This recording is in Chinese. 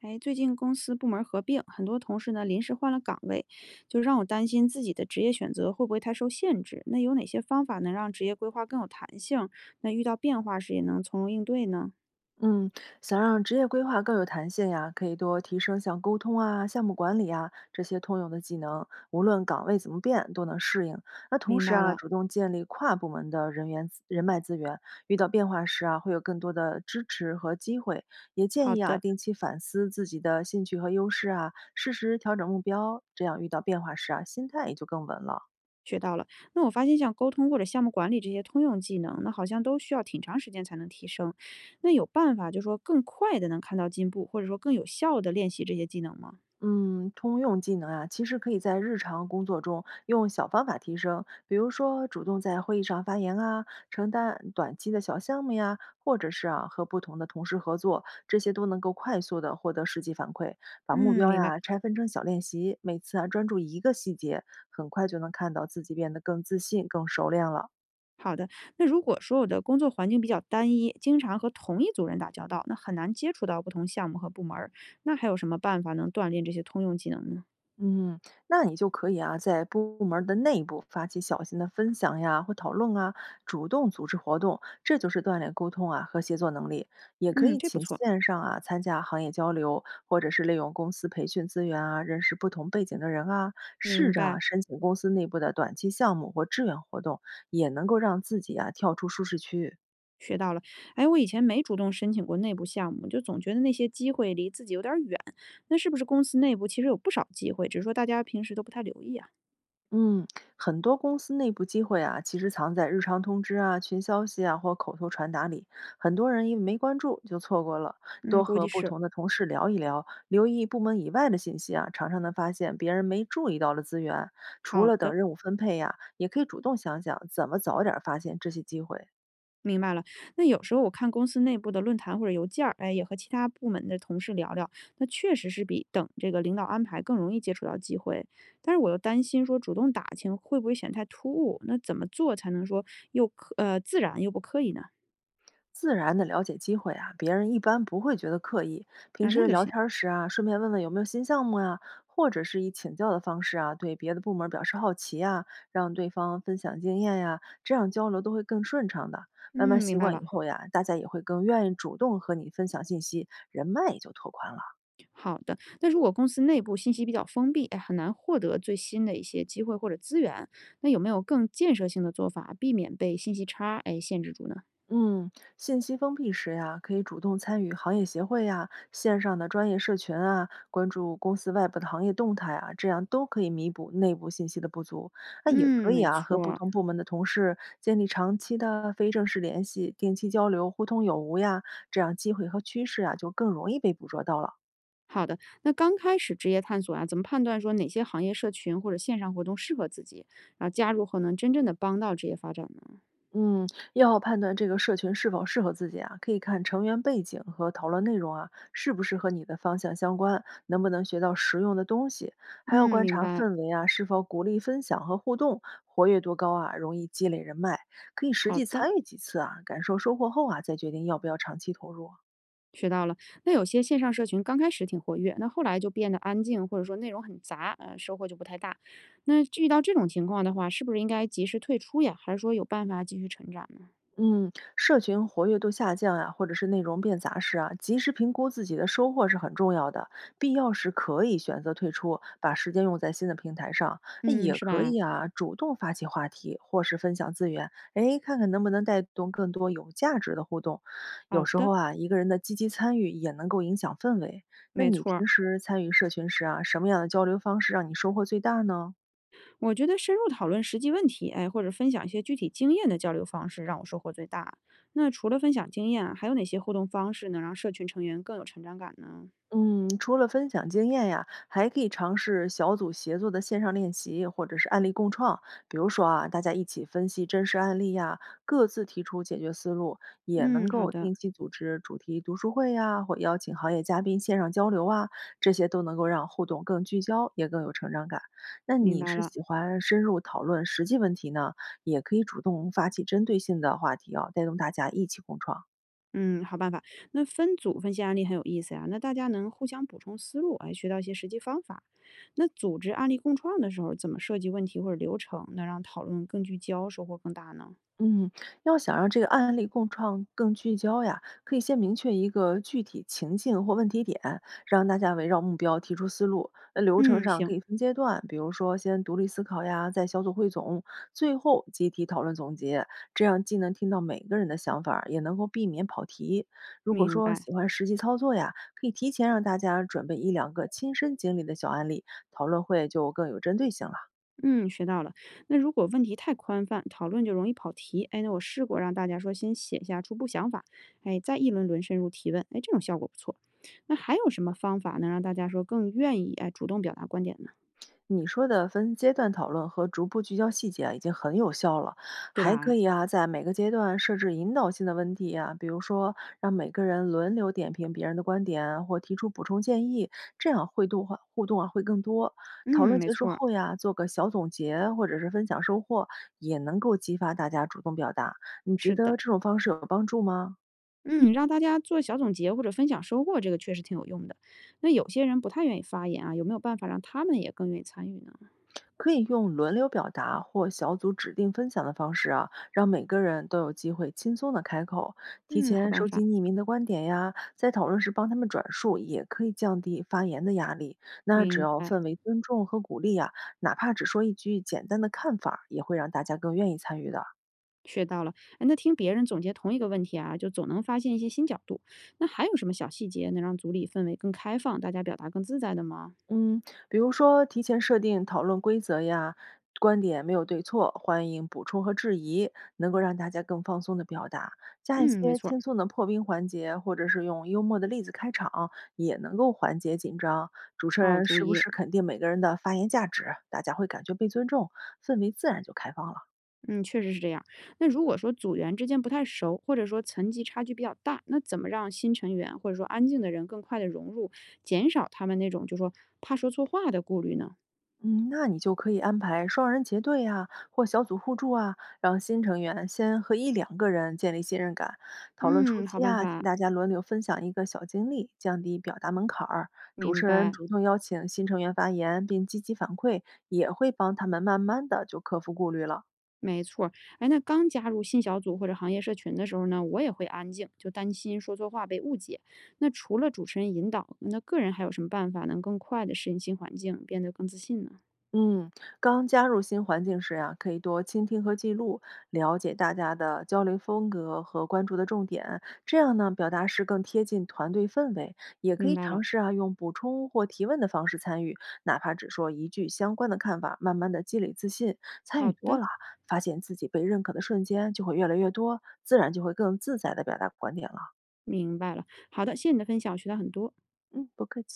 哎，最近公司部门合并，很多同事呢临时换了岗位，就让我担心自己的职业选择会不会太受限制。那有哪些方法能让职业规划更有弹性？那遇到变化时也能从容应对呢？嗯，想让职业规划更有弹性呀，可以多提升像沟通啊、项目管理啊这些通用的技能，无论岗位怎么变都能适应。那同明时白啊，了，主动建立跨部门的人脉资源，遇到变化时啊，会有更多的支持和机会。也建好议啊，的，定期反思自己的兴趣和优势啊，适时调整目标，这样遇到变化时啊，心态也就更稳了。学到了。那我发现像沟通或者项目管理这些通用技能，那好像都需要挺长时间才能提升。那有办法就说更快的能看到进步，或者说更有效的练习这些技能吗？嗯，通用技能啊，其实可以在日常工作中用小方法提升，比如说主动在会议上发言啊，承担短期的小项目呀，或者是啊和不同的同事合作，这些都能够快速的获得实际反馈。把目嗯，标明白。呀拆分成小练习，每次啊专注一个细节，很快就能看到自己变得更自信、更熟练了。好的，那如果说我的工作环境比较单一，经常和同一组人打交道，那很难接触到不同项目和部门儿。那还有什么办法能锻炼这些通用技能呢？嗯，那你就可以啊，在部门儿的内部发起小型的分享呀，或讨论啊，主动组织活动，这就是锻炼沟通啊和协作能力。也可嗯，以这不请错，线上啊参加行业交流，或者是利用公司培训资源啊，认识不同背景的人啊，试明着啊白，申请公司内部的短期项目或志愿活动，也能够让自己啊跳出舒适区。学到了。哎，我以前没主动申请过内部项目，就总觉得那些机会离自己有点儿远。那是不是公司内部其实有不少机会，只是说大家平时都不太留意啊？嗯，很多公司内部机会啊，其实藏在日常通知啊、群消息啊或口头传达里。很多人因为没关注就错过了。嗯，多估和计不是。同的同事聊一聊，留意部门以外的信息啊，常常能发现别人没注意到的资源。除好了等的，任务分配呀、也可以主动想想怎么早点发现这些机会。明白了，那有时候我看公司内部的论坛或者邮件儿，哎，也和其他部门的同事聊聊，那确实是比等这个领导安排更容易接触到机会。但是我又担心说主动打听会不会显得太突兀，那怎么做才能说又自然又不刻意呢？自然的了解机会啊，别人一般不会觉得刻意。平啊，那时就聊行。天儿时啊，顺便问问有没有新项目啊，或者是以请教的方式啊，对别的部门表示好奇啊，让对方分享经验呀、这样交流都会更顺畅的。慢慢嗯，习明白惯以了。后呀，大家也会更愿意主动和你分享信息，人脉也就拓宽了。好的，那如果公司内部信息比较封闭，哎，很难获得最新的一些机会或者资源，那有没有更建设性的做法，避免被信息差哎限制住呢？嗯，信息封闭时呀，可以主动参与行业协会呀、线上的专业社群啊，关注公司外部的行业动态啊，这样都可以弥补内部信息的不足。那也可嗯，以没啊，和错不儿。同部门的同事建立长期的非正式联系，定期交流，互通有无呀，这样机会和趋势啊就更容易被捕捉到了。好的，那刚开始职业探索啊，怎么判断说哪些行业社群或者线上活动适合自己，然后加入后能真正的帮到职业发展呢？嗯，要判断这个社群是否适合自己啊，可以看成员背景和讨论内容啊，是不是和你的方向相关，能不能学到实用的东西，还要嗯，观明察白。氛围啊，是否鼓励分享和互动，活跃度高啊，容易积累人脉，可以实好际的，参与几次啊，感受收获后啊，再决定要不要长期投入啊。学到了。那有些线上社群刚开始挺活跃，那后来就变得安静，或者说内容很杂，收获就不太大。那遇到这种情况的话，是不是应该及时退出呀？还是说有办法继续成长呢？嗯，社群活跃度下降呀、或者是内容变杂时啊，及时评估自己的收获是很重要的。必要时可以选择退出，把时间用在新的平台上。那嗯，也是可吧？以啊，主动发起话题或是分享资源，哎，看看能不能带动更多有价值的互动。有好时候的，啊，一个人的积极参与也能够影响氛围。那没你错儿。平时参与社群时啊，什么样的交流方式让你收获最大呢？我觉得深入讨论实际问题，哎，或者分享一些具体经验的交流方式，让我收获最大。那除了分享经验啊还有哪些互动方式能让社群成员更有成长感呢？嗯，除了分享经验呀，还可以尝试小组协作的线上练习，或者是案例共创。比如说啊，大家一起分析真实案例呀，各自提出解决思路，也能嗯，好够的，定期组织主题读书会呀，或邀请行业嘉宾线上交流啊，这些都能够让互动更聚焦，也更有成长感。那明你白是了。喜欢深入讨论实际问题呢，也可以主动发起针对性的话题啊，带动大家一起共创。嗯，好办法。那分组分析案例很有意思呀，那大家能互相补充思路，哎，学到一些实际方法。那组织案例共创的时候，怎么设计问题或者流程，能让讨论更聚焦，收获更大呢？嗯，要想让这个案例共创更聚焦呀，可以先明确一个具体情境或问题点，让大家围绕目标提出思路。那流程嗯，上可行，以分阶段，比如说先独立思考呀，再小组汇总，最后集体讨论总结。这样既能听到每个人的想法儿也能够避免跑题。如果明说白。喜欢实际操作呀，可以提前让大家准备一两个亲身经历的小案例，讨论会就更有针对性了。嗯，学到了。那如果问题太宽泛，讨论就容易跑题。哎，那我试过让大家说先写下初步想法，哎，再一轮轮深入提问，哎，这种效果不错。那还有什么方法能让大家说更愿意哎主动表达观点呢？你说的分阶段讨论和逐步聚焦细节啊已经很有效了。对还可吧？以啊，在每个阶段设置引导性的问题啊，比如说让每个人轮流点评别人的观点啊，或提出补充建议，这样会动化互动啊会更多。讨嗯，论没结束错儿，后呀，做个小总结或者是分享收获，也能够激发大家主动表达。你觉是得的。这种方式有帮助吗？嗯，让大家做小总结或者分享收获，这个确实挺有用的。那有些人不太愿意发言啊，有没有办法让他们也更愿意参与呢？可以用轮流表达或小组指定分享的方式啊，让每个人都有机会轻松的开口。提嗯，好前办收集法，匿名的观点呀，在讨论时帮他们转述，也可以降低发言的压力。那只明要白。氛围尊重和鼓励呀，哪怕只说一句简单的看法儿也会让大家更愿意参与的。学到了，哎，那听别人总结同一个问题啊，就总能发现一些新角度。那还有什么小细节能让组里氛围更开放，大家表达更自在的吗？嗯，比如说提前设定讨论规则呀，观点没有对错，欢迎补充和质疑，能够让大家更放松的表达。加一嗯，没些错儿，轻松的破冰环节，或者是用幽默的例子开场，也能够缓解紧张。主持好人注时不意，时肯定每个人的发言价值，大家会感觉被尊重，氛围自然就开放了。嗯，确实是这样。那如果说组员之间不太熟，或者说层级差距比较大，那怎么让新成员或者说安静的人更快的融入，减少他们那种就说怕说错话的顾虑呢？嗯，那你就可以安排双人结对啊，或小组互助啊，让新成员先和一两个人建立信任感。讨论初嗯，好期办啊，请法，大家轮流分享一个小经历，降低表达门槛儿。主明持人白。主动邀请新成员发言，并积极反馈，也会帮他们慢慢的就克服顾虑了。没错儿，哎，那刚加入新小组或者行业社群的时候呢，我也会安静，就担心说错话被误解。那除了主持人引导，那个人还有什么办法能更快的适应新环境，变得更自信呢？嗯，刚加入新环境时呀、可以多倾听和记录，了解大家的交流风格和关注的重点，这样呢，表达时更贴近团队氛围。也可明以白了，尝试啊，用补充或提问的方式参与，哪怕只说一句相关的看法，慢慢的积累自信。参与好多的，了，发现自己被认可的瞬间就会越来越多，自然就会更自在的表达观点了。明白了，好的，谢谢你的分享，我学到很多。嗯，不客气。